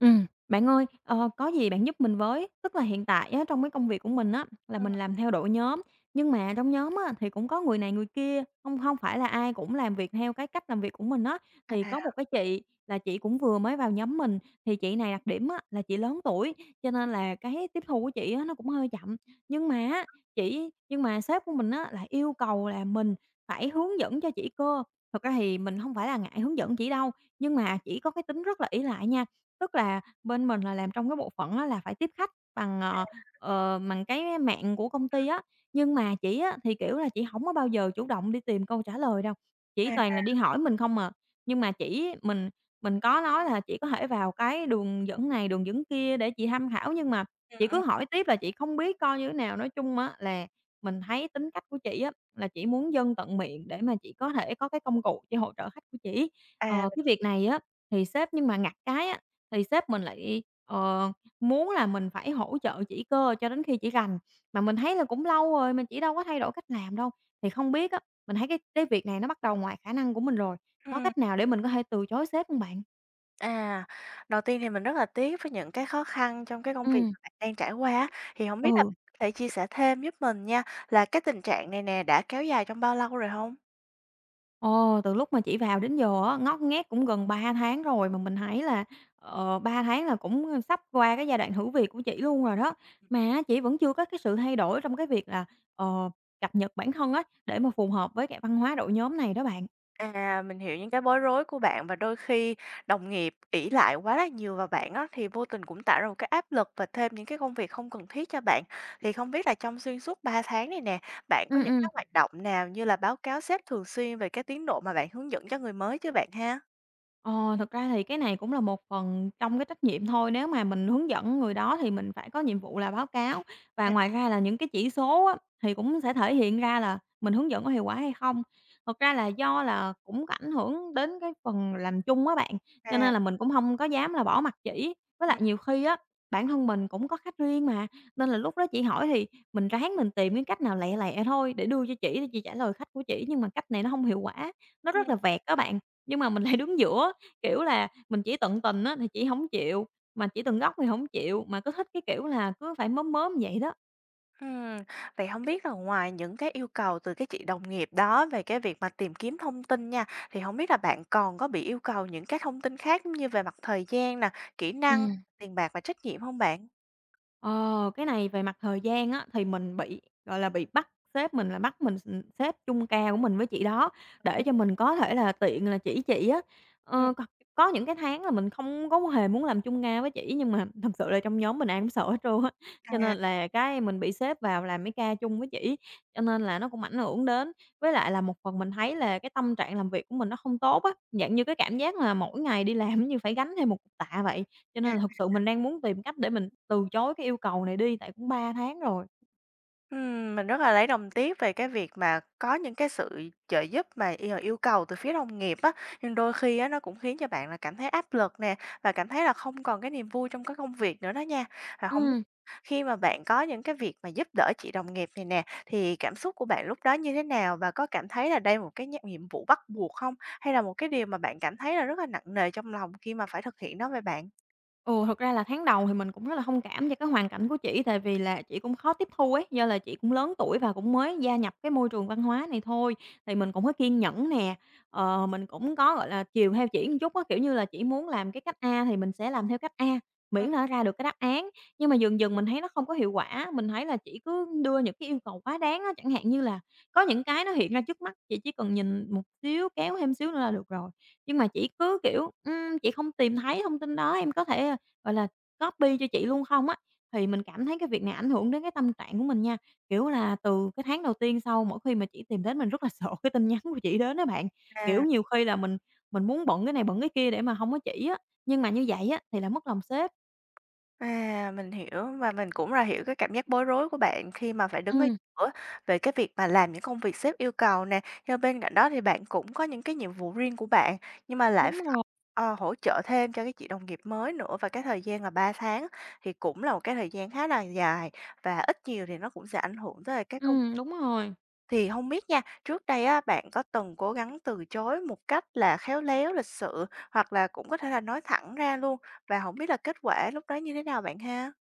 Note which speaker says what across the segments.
Speaker 1: Bạn ơi, có gì bạn giúp mình với. Tức là hiện tại á, trong cái công việc của mình á, là
Speaker 2: Ừm.
Speaker 1: mình làm theo đội nhóm, nhưng mà trong nhóm á, thì cũng có người này người kia, không không phải là ai cũng làm việc theo cái cách làm việc của mình á. Thì
Speaker 2: À,
Speaker 1: có một cái chị là chị cũng vừa mới vào nhóm mình, thì chị này đặc điểm á, là chị lớn tuổi, cho nên là cái tiếp thu của chị á, nó cũng hơi chậm. Nhưng mà á, nhưng mà sếp của mình á, lại yêu cầu là mình phải hướng dẫn cho chị cơ. Thật ra thì mình không phải là ngại hướng dẫn chị đâu, nhưng mà chỉ có cái tính rất là ỷ lại nha. Tức là bên mình là làm trong cái bộ phận á là phải tiếp khách bằng cái mạng của công ty á, nhưng mà chị á thì, kiểu là, chị hổng có bao giờ chủ động đi tìm câu trả lời đâu, chỉ toàn
Speaker 2: à.
Speaker 1: là đi hỏi mình không à. Nhưng mà chỉ mình có nói là "Chị có thể vào cái đường dẫn này, đường dẫn kia để chị tham khảo." Nhưng mà
Speaker 2: Ừm,
Speaker 1: chị cứ
Speaker 2: ừm.
Speaker 1: hỏi tiếp là chị không biết coi như thế nào. Nói chung á là mình thấy tính cách của chị á, là chị muốn dân tận miệng để mà chị có thể có cái công cụ chị hỗ trợ khách của chị.
Speaker 2: À.
Speaker 1: Cái việc này á thì sếp nhưng mà ngặt cái á thì sếp mình lại, muốn là mình phải hỗ trợ chỉ cơ cho đến khi chỉ rành, mà mình thấy là cũng lâu rồi, mình chỉ đâu có thay đổi cách làm đâu. Thì không biết á, mình thấy cái việc này nó bắt đầu ngoài khả năng của mình rồi, có
Speaker 2: Ừm,
Speaker 1: cách nào để mình có thể từ chối sếp không bạn?
Speaker 2: à, Đầu tiên thì mình rất là tiếc với những cái khó khăn trong cái công việc
Speaker 1: Ừm.
Speaker 2: mà bạn đang trải qua á, thì hổng biết là
Speaker 1: Ừ,
Speaker 2: bạn có thể chia sẻ thêm giúp mình nha, là cái tình trạng này nè đã kéo dài trong bao lâu rồi hông?
Speaker 1: ờ, từ lúc mà chị vào đến giờ á, ngót nghét cũng gần 3 tháng rồi mà mình thấy là, 3 tháng là cũng sắp qua cái giai đoạn thử việc của chị luôn rồi đó. Mà chị vẫn chưa có cái sự thay đổi trong cái việc là, ờ, cập nhật bản thân á, để mà phù hợp với cái văn hóa đội nhóm này đó bạn.
Speaker 2: À, mình hiểu những cái bối rối của bạn và đôi khi đồng nghiệp ỷ lại quá là nhiều vào bạn á, thì vô tình cũng tạo ra một cái áp lực và thêm những cái công việc không cần thiết cho bạn. Thì không biết là trong xuyên suốt 3 tháng này nè, bạn có
Speaker 1: Ừ
Speaker 2: những
Speaker 1: ừ.
Speaker 2: cái hoạt động nào như là báo cáo sếp thường xuyên về cái tiến độ mà bạn hướng dẫn cho người mới chưa bạn ha?
Speaker 1: Ờ, thực ra thì cái này cũng là một phần trong cái trách nhiệm thôi, nếu mà mình hướng dẫn người đó thì mình phải có nhiệm vụ là báo cáo. Và
Speaker 2: À,
Speaker 1: ngoài ra là những cái chỉ số á, thì cũng sẽ thể hiện ra là mình hướng dẫn có hiệu quả hay không. Thật ra là do là cũng có ảnh hưởng đến cái phần làm chung á bạn, cho nên
Speaker 2: à.
Speaker 1: là mình cũng không có dám là bỏ mặc chỉ. Với lại
Speaker 2: Ừm,
Speaker 1: nhiều khi á, bản thân mình cũng có khách riêng mà, nên là lúc đó chị hỏi thì mình ráng mình tìm cái cách nào lẹ lẹ thôi để đưa cho chị để chị trả lời khách của chị nhưng mà cách này nó không hiệu quả, nó rất
Speaker 2: ừm,
Speaker 1: là vẹt á bạn. Nhưng mà mình lại đứng giữa. Kiểu là, mình chỉ tận tình á thì chị hổng chịu, mà chỉ tận góc thì hổng chịu, mà cứ thích cái kiểu là cứ phải mớm mớm vậy đó.
Speaker 2: ừm. Vậy không biết là ngoài những cái yêu cầu từ cái chị đồng nghiệp đó về cái việc mà tìm kiếm thông tin nha, thì hổng biết là bạn còn có bị yêu cầu những cái thông tin khác giống như về mặt thời gian nè, kỹ năng,
Speaker 1: Ừm.
Speaker 2: tiền bạc và trách nhiệm hông bạn?
Speaker 1: Ờ, cái này về mặt thời gian á, thì mình bị, gọi là, bị bắt sếp mình là bắt mình xếp chung ca của mình với chị đó, để cho mình có thể là tiện là chỉ chị á.
Speaker 2: Ừm.
Speaker 1: Ờ, có những cái tháng là mình không có hề muốn làm chung ca với chỉ, nhưng mà thật sự là trong nhóm mình ai cũng sợ hết trơn á, cho nên
Speaker 2: À.
Speaker 1: là cái mình bị xếp vào làm mấy ca chung với chỉ, cho nên là nó cũng ảnh hưởng đến. Với lại là một phần mình thấy là cái tâm trạng làm việc của mình nó không tốt á, dạng như cái cảm giác là mỗi ngày đi làm như phải gánh thêm một cục tạ vậy, cho nên là thực sự mình đang muốn tìm cách để mình từ chối cái yêu cầu này đi, tại cũng 3 tháng rồi.
Speaker 2: Mình rất là lấy đồng tiếc về cái việc mà có những cái sự trợ giúp mà yêu yêu cầu từ phía đồng nghiệp á, nhưng đôi khi á nó cũng khiến cho bạn là cảm thấy áp lực nè, và cảm thấy là không còn cái niềm vui trong cái công việc nữa đó nha. Và không biết
Speaker 1: Ừm.
Speaker 2: khi mà bạn có những cái việc mà giúp đỡ chị đồng nghiệp này nè, thì cảm xúc của bạn lúc đó như thế nào? Và có cảm thấy là đây là một cái nhiệm vụ bắt buộc không? Hay là một cái điều mà bạn cảm thấy là rất là nặng nề trong lòng khi mà phải thực hiện nó vậy bạn?
Speaker 1: Ừ, thật ra là tháng đầu thì mình cũng rất là thông cảm cho cái hoàn cảnh của chị, tại vì là chị cũng khó tiếp thu ấy, do là chị cũng lớn tuổi và cũng mới gia nhập cái môi trường văn hóa này thôi. Thì mình cũng có kiên nhẫn nè, mình cũng có, gọi là, chiều theo chị một chút á, kiểu như là, chị muốn làm cái cách A thì mình sẽ làm theo cách A,
Speaker 2: Ừm.
Speaker 1: miễn là nó ra được cái đáp án. Nhưng mà dần dần mình thấy nó không có hiệu quả, mình thấy là chị cứ đưa những cái yêu cầu quá đáng á, chẳng hạn như là có những cái nó hiện ra trước mắt, chị chỉ cần nhìn một xíu, kéo thêm xíu nữa là được rồi. Nhưng mà chị cứ, kiểu, "Chị không tìm thấy thông tin đó, em có thể, gọi là, copy cho chị luôn không á," thì mình cảm thấy cái việc này ảnh hưởng đến cái tâm trạng của mình nha. Kiểu là, từ cái tháng đầu tiên sau mỗi khi mà chị tìm đến mình rất là sợ cái tin nhắn của chị đến á bạn. Kiểu,
Speaker 2: À.
Speaker 1: nhiều khi là mình muốn bận cái này bận cái kia để mà không có chị á, nhưng mà như vậy á thì là mất lòng sếp.
Speaker 2: À, mình hiểu và mình cũng là hiểu cái cảm giác bối rối của bạn khi mà phải đứng ở
Speaker 1: Ừm.
Speaker 2: giữa về cái việc mà làm những công việc sếp yêu cầu nè. Nhưng bên cạnh đó thì bạn cũng có những cái nhiệm vụ riêng của bạn nhưng mà lại
Speaker 1: Đúng
Speaker 2: phải,
Speaker 1: rồi,
Speaker 2: hỗ trợ thêm cho cái chị đồng nghiệp mới nữa và cái thời gian là 3 tháng thì cũng là một cái thời gian khá là dài và ít nhiều thì nó cũng sẽ ảnh hưởng tới cái công.
Speaker 1: đúng rồi.
Speaker 2: Thì không biết nha, trước đây á, bạn có từng cố gắng từ chối một cách là khéo léo, lịch sự hoặc là cũng có thể là nói thẳng ra luôn và không biết là kết quả lúc đó như thế nào bạn ha?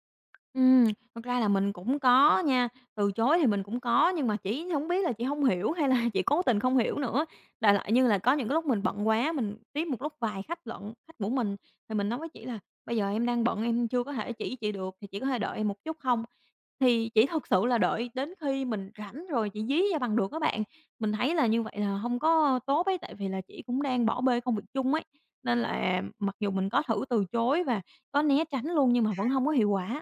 Speaker 1: Ừm, thật ra là mình cũng có nha, từ chối thì mình cũng có, nhưng mà chỉ hổng biết là chị hông hiểu hay là chị cố tình không hiểu nữa. Đại loại như là có những cái lúc mình bận quá, mình tiếp một lúc vài khách lận khách của mình, thì mình nói với chỉ là "Bây giờ em đang bận, em chưa có thể chỉ chị được, thì chị có thể đợi em một chút không?" Thì chỉ thực sự là đợi đến khi mình rảnh rồi chị dí ra bằng được á bạn. Mình thấy là như vậy là hông có tốt ấy, tại vì là chỉ cũng đang bỏ bê công việc chung ấy, nên là mặc dù mình có thử từ chối và có né tránh luôn nhưng mà vẫn hông có hiệu quả.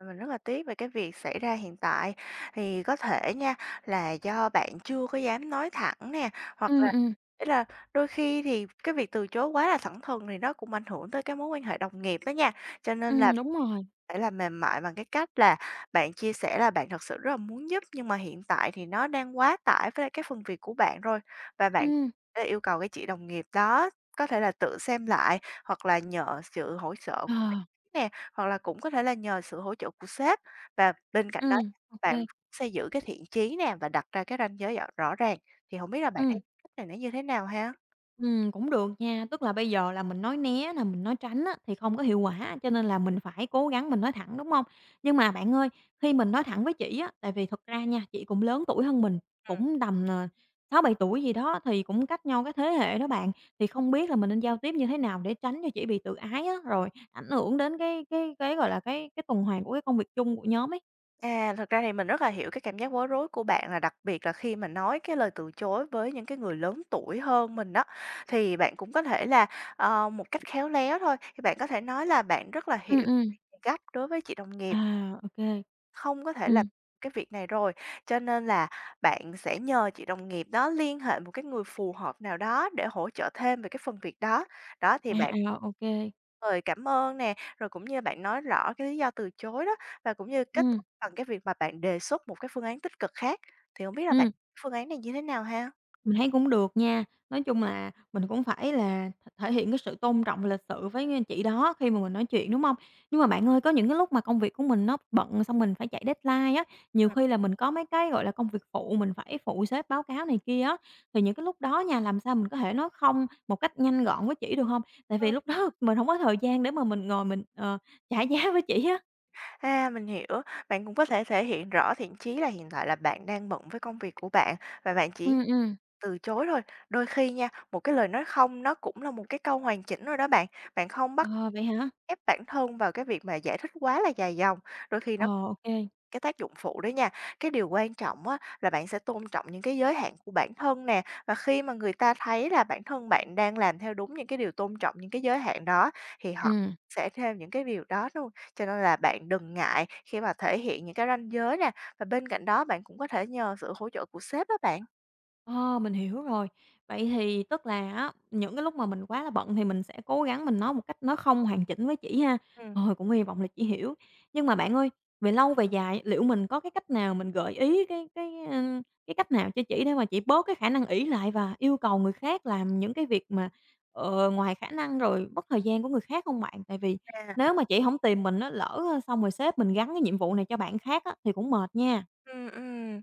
Speaker 2: Mình rất là tiếc về cái việc xảy ra hiện tại, thì có thể nha là do bạn chưa có dám nói thẳng nè, hoặc
Speaker 1: Ừm,
Speaker 2: là
Speaker 1: ừm,
Speaker 2: ý là đôi khi thì cái việc từ chối quá là thẳng thừng thì nó cũng ảnh hưởng tới cái mối quan hệ đồng nghiệp đó nha. Cho nên là
Speaker 1: đúng rồi,
Speaker 2: phải là mềm mại bằng cái cách là bạn chia sẻ là bạn thật sự rất là muốn giúp, nhưng mà hiện tại thì nó đang quá tải với lại cái phần việc của bạn rồi, và bạn
Speaker 1: ừm,
Speaker 2: sẽ yêu cầu cái chị đồng nghiệp đó có thể là tự xem lại hoặc là nhờ sự hỗ trợ
Speaker 1: ờ,
Speaker 2: của bạn nè. Hoặc là cũng có thể là nhờ sự hỗ trợ của sếp và bên cạnh đó nha,
Speaker 1: ô kê,
Speaker 2: bạn xây giữ cái thiện chí nè và đặt ra cái ranh giới rõ rõ ràng, thì không biết là bạn
Speaker 1: ừm.
Speaker 2: thấy cách này nó như thế nào ha?
Speaker 1: Cũng được nha, tức là bây giờ là mình nói né nè, mình nói tránh á, thì không có hiệu quả, cho nên là mình phải cố gắng mình nói thẳng, đúng hông? Nhưng mà bạn ơi, khi mình nói thẳng với chị á, tại vì thật ra nha, chị cũng lớn tuổi hơn mình,
Speaker 2: Ừm.
Speaker 1: cũng tầm, 6-7 tuổi gì đó, thì cũng cách nhau cái thế hệ đó bạn, thì không biết là mình nên giao tiếp như thế nào để tránh cho chị bị tự ái á, rồi ảnh hưởng đến cái, gọi là, cái tuần hoàn của cái công việc chung của nhóm ấy?
Speaker 2: À, thật ra thì mình rất là hiểu cái cảm giác bối rối của bạn là đặc biệt là khi mà nói cái lời từ chối với những cái người lớn tuổi hơn mình đó, thì bạn cũng có thể là, một cách khéo léo thôi, thì bạn có thể nói là bạn rất là
Speaker 1: Ừm,
Speaker 2: hiểu
Speaker 1: ừm.
Speaker 2: gấp đối với chị đồng
Speaker 1: À,
Speaker 2: nghiệp.
Speaker 1: ô kê.
Speaker 2: Không có thể
Speaker 1: Ừm.
Speaker 2: làm cái việc này rồi, cho nên là bạn sẽ nhờ chị đồng nghiệp đó liên hệ một cái người phù hợp nào đó để hỗ trợ thêm về cái phần việc đó. Đó, thì
Speaker 1: À,
Speaker 2: bạn
Speaker 1: à, ô kê.
Speaker 2: lời cảm ơn nè, rồi cũng như bạn nói rõ cái lý do từ chối đó, và cũng như kết
Speaker 1: Ừm,
Speaker 2: thúc bằng cái việc mà bạn đề xuất một cái phương án tích cực khác. Thì không biết là bạn phương án này như thế nào ha?
Speaker 1: mình thấy cũng được nha. Nói chung là mình cũng phải là thể hiện cái sự tôn trọng và lịch sự với người chị đó khi mà mình nói chuyện, đúng không? Nhưng mà bạn ơi, có những cái lúc mà công việc của mình nó bận xong mình phải chạy deadline á, nhiều
Speaker 2: Ừm,
Speaker 1: khi là mình có mấy cái, gọi là, công việc phụ mình phải phụ sếp báo cáo này kia á, thì những cái lúc đó nha, làm sao mình có thể nói "không" một cách nhanh gọn với chị được không? Tại vì
Speaker 2: ừm.
Speaker 1: lúc đó mình không có thời gian để mà mình ngồi mình, trả giá với chị á.
Speaker 2: À, mình hiểu, bạn cũng có thể thể hiện rõ thiện chí là hiện tại là bạn đang bận với công việc của bạn và bạn chỉ
Speaker 1: Ừm, ừm.
Speaker 2: từ chối thôi, đôi khi nha, một cái lời nói "không" nó cũng là một cái câu hoàn chỉnh rồi đó bạn. Bạn không bắt
Speaker 1: Ờ, vậy hả?
Speaker 2: ép bản thân vào cái việc mà giải thích quá là dài dòng, đôi khi
Speaker 1: Ờ,
Speaker 2: nó có
Speaker 1: ok, kê.
Speaker 2: cái tác dụng phụ đấy nha. Cái điều quan trọng á là bạn sẽ tôn trọng những cái giới hạn của bản thân nè, và khi mà người ta thấy là bản thân bạn đang làm theo đúng những cái điều tôn trọng những cái giới hạn đó thì họ sẽ thêm những cái điều đó luôn. Cho nên là bạn đừng ngại khi mà thể hiện những cái ranh giới nè, và bên cạnh đó bạn cũng có thể nhờ sự hỗ trợ của sếp đó bạn.
Speaker 1: Ờ, mình hiểu rồi. Vậy thì tức là á, những cái lúc mà mình quá là bận thì mình sẽ cố gắng mình nói một cách nó không hoàn chỉnh với chị ha.
Speaker 2: Ừm.
Speaker 1: Rồi, cũng hy vọng là chị hiểu. Nhưng mà bạn ơi, về lâu về dài liệu mình có cái cách nào mình gợi ý cái cách nào cho chị để mà chị bớt cái khả năng ỷ lại và yêu cầu người khác làm những cái việc mà, ngoài khả năng rồi mất thời gian của người khác không bạn? Tại vì
Speaker 2: À,
Speaker 1: nếu mà chị không tìm mình nó lỡ, xong rồi sếp mình gắn cái nhiệm vụ này cho bạn khác á, thì cũng mệt nha.
Speaker 2: ừm.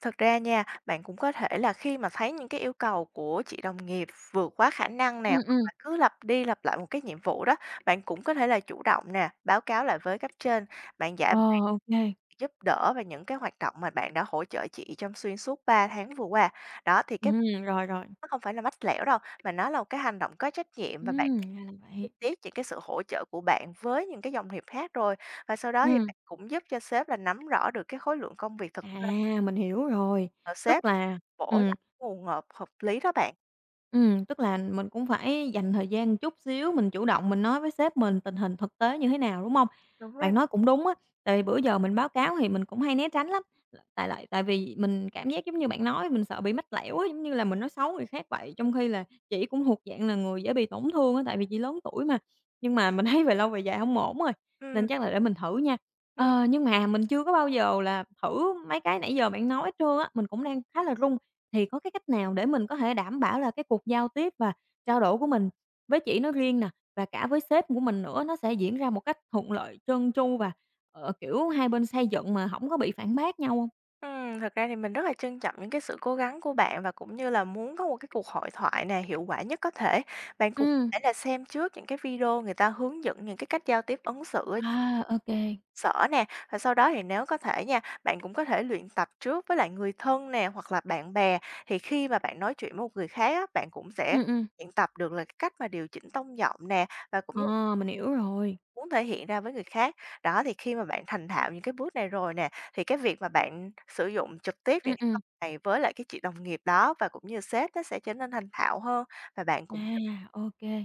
Speaker 2: Thực ra nha, bạn cũng có thể là khi mà thấy những cái yêu cầu của chị đồng nghiệp vượt quá khả năng nè,
Speaker 1: Ừ ừ.
Speaker 2: hoặc là cứ lặp đi lặp lại một cái nhiệm vụ đó, bạn cũng có thể là chủ động nè, báo cáo lại với cấp trên, bạn
Speaker 1: Ờ,
Speaker 2: giải
Speaker 1: ok kê.
Speaker 2: giúp đỡ và những cái hoạt động mà bạn đã hỗ trợ chị trong xuyên suốt 3 tháng vừa qua. Đó thì cái
Speaker 1: Rồi, rồi.
Speaker 2: nó không phải là mách lẻo đâu, mà nó là một cái hành động có trách nhiệm và bạn đã
Speaker 1: Ra là
Speaker 2: chi
Speaker 1: vậy.
Speaker 2: tiết những cái sự hỗ trợ của bạn với những cái đồng nghiệp khác rồi. Và sau đó thì
Speaker 1: Ừm,
Speaker 2: bạn cũng giúp cho sếp là nắm rõ được cái khối lượng công việc thực
Speaker 1: à,
Speaker 2: tế
Speaker 1: mình hiểu rồi.
Speaker 2: của
Speaker 1: Tức
Speaker 2: sếp.
Speaker 1: là
Speaker 2: Bỏ
Speaker 1: ừm,
Speaker 2: lại nguồn ngộp hợp lý đó bạn.
Speaker 1: Tức là mình cũng phải dành thời gian chút xíu, mình chủ động mình nói với sếp mình tình hình thực tế như thế nào, đúng hông?
Speaker 2: Đúng rồi.
Speaker 1: Bạn nói cũng đúng á, tại vì bữa giờ mình báo cáo thì mình cũng hay né tránh lắm, tại vì mình cảm giác giống như bạn nói, mình sợ bị mách lẻo á, giống như là mình nói xấu người khác vậy. Trong khi là chị cũng thuộc dạng là người dễ bị tổn thương á, tại vì chị lớn tuổi mà, nhưng mà mình thấy về lâu về dài hông ổn rồi, nên
Speaker 2: Ừm,
Speaker 1: chắc là để mình thử nha.
Speaker 2: ừm,
Speaker 1: Ờ, nhưng mà mình chưa có bao giờ là thử mấy cái nãy giờ bạn nói hết trơn á, mình cũng đang khá là run. Thì có cái cách nào để mình có thể đảm bảo là cái cuộc giao tiếp và trao đổi của mình với chị nói riêng nè, và cả với sếp của mình nữa nó sẽ diễn ra một cách thuận lợi, trơn tru và, kiểu, hai bên xây dựng mà không có bị phản bác nhau không?
Speaker 2: thật ra thì mình rất là trân trọng những cái sự cố gắng của bạn và cũng như là muốn có một cái cuộc hội thoại nè, hiệu quả nhất có thể. Bạn cũng
Speaker 1: Ừ.
Speaker 2: có thể là xem trước những cái video người ta hướng dẫn những cái cách giao tiếp ứng xử ở
Speaker 1: À,
Speaker 2: trong
Speaker 1: ô kê.
Speaker 2: sở nè, và sau đó thì nếu có thể nha, bạn cũng có thể luyện tập trước với lại người thân nè, hoặc là bạn bè, thì khi mà bạn nói chuyện với một người khác á, bạn cũng sẽ
Speaker 1: Ừm.
Speaker 2: luyện tập được là cái cách mà điều chỉnh tông giọng nè, và cũng như
Speaker 1: Ờ, mình hiểu rồi.
Speaker 2: muốn thể hiện ra với người khác. Đó, thì khi mà bạn thành thạo những cái bước này rồi nè, thì cái việc mà bạn sử dụng trực tiếp
Speaker 1: Ừ
Speaker 2: những cái
Speaker 1: ừ.
Speaker 2: công cụ này với lại cái chị đồng nghiệp đó và cũng như sếp nó sẽ trở nên thành thạo hơn và bạn
Speaker 1: À,
Speaker 2: cũng
Speaker 1: ok, kê.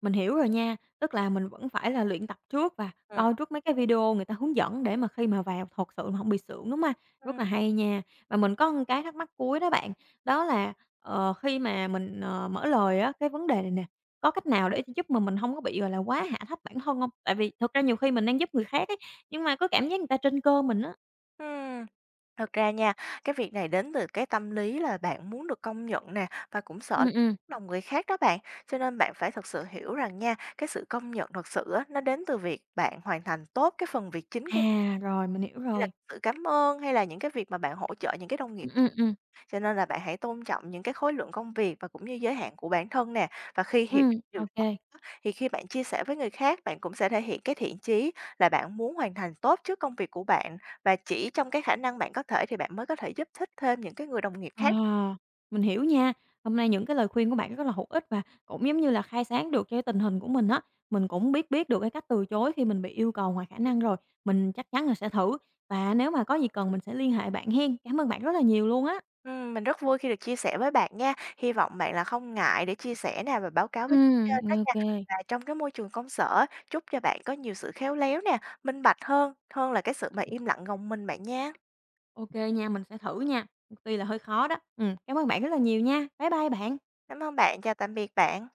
Speaker 1: Mình hiểu rồi nha, tức là mình vẫn phải là luyện tập trước và
Speaker 2: ừm,
Speaker 1: coi trước mấy cái video người ta hướng dẫn để mà khi mà vào thật sự mà hổng bị sượng, đúng không? Rất
Speaker 2: ừm,
Speaker 1: là hay nha. Và mình có một cái thắc mắc cuối đó bạn, đó là, khi mà mình, mở lời á, cái vấn đề này nè, có cách nào để giúp mà mình không có bị, gọi là, quá hạ thấp bản thân không? Tại vì thực ra nhiều khi mình đang giúp người khác ấy, nhưng mà có cảm giác người ta trên cơ mình á.
Speaker 2: ừm. Thật ra nha, cái việc này đến từ cái tâm lý là bạn muốn được công nhận nè và cũng
Speaker 1: Ừm,
Speaker 2: sợ
Speaker 1: ừm.
Speaker 2: lòng người khác đó bạn. Cho nên bạn phải thật sự hiểu rằng nha, cái sự công nhận thật sự á, nó đến từ việc bạn hoàn thành tốt cái phần việc chính của mình
Speaker 1: À, rồi, mình hiểu
Speaker 2: như là
Speaker 1: rồi.
Speaker 2: sự cảm ơn hay là những cái việc mà bạn hỗ trợ những cái đồng
Speaker 1: Ừm,
Speaker 2: nghiệp.
Speaker 1: ừm, ừm.
Speaker 2: Cho nên là bạn hãy tôn trọng những cái khối lượng công việc và cũng như giới hạn của bản thân nè. Và khi hiểu điều
Speaker 1: Ô.
Speaker 2: đó thì khi bạn chia sẻ với người khác, bạn cũng sẽ thể hiện cái thiện chí là bạn muốn hoàn thành tốt trước công việc của bạn và chỉ trong cái khả năng bạn có thể thì bạn mới có thể giúp thích thêm những cái người đồng nghiệp khác.
Speaker 1: À, mình hiểu nha. Hôm nay những cái lời khuyên của bạn rất là hữu ích và cũng giống như là khai sáng được cái tình hình của mình á. Mình cũng biết biết được cái cách từ chối khi mình bị yêu cầu ngoài khả năng rồi. Mình chắc chắn là sẽ thử và nếu mà có gì cần mình sẽ liên hệ bạn hen. Cảm ơn bạn rất là nhiều luôn á.
Speaker 2: Mình rất vui khi được chia sẻ với bạn nha. Hy vọng bạn là không ngại để chia sẻ nè và báo cáo với cấp trên đó
Speaker 1: Ô.
Speaker 2: nha. Và trong cái môi trường công sở, chúc cho bạn có nhiều sự khéo léo nè, minh bạch hơn, hơn là cái sự mà im lặng gồng mình bạn nha.
Speaker 1: OK nha, mình sẽ thử nha, tuy là hơi khó đó. Cảm ơn bạn rất là nhiều nha. Bye bye bạn.
Speaker 2: Cảm ơn bạn, chào tạm biệt bạn.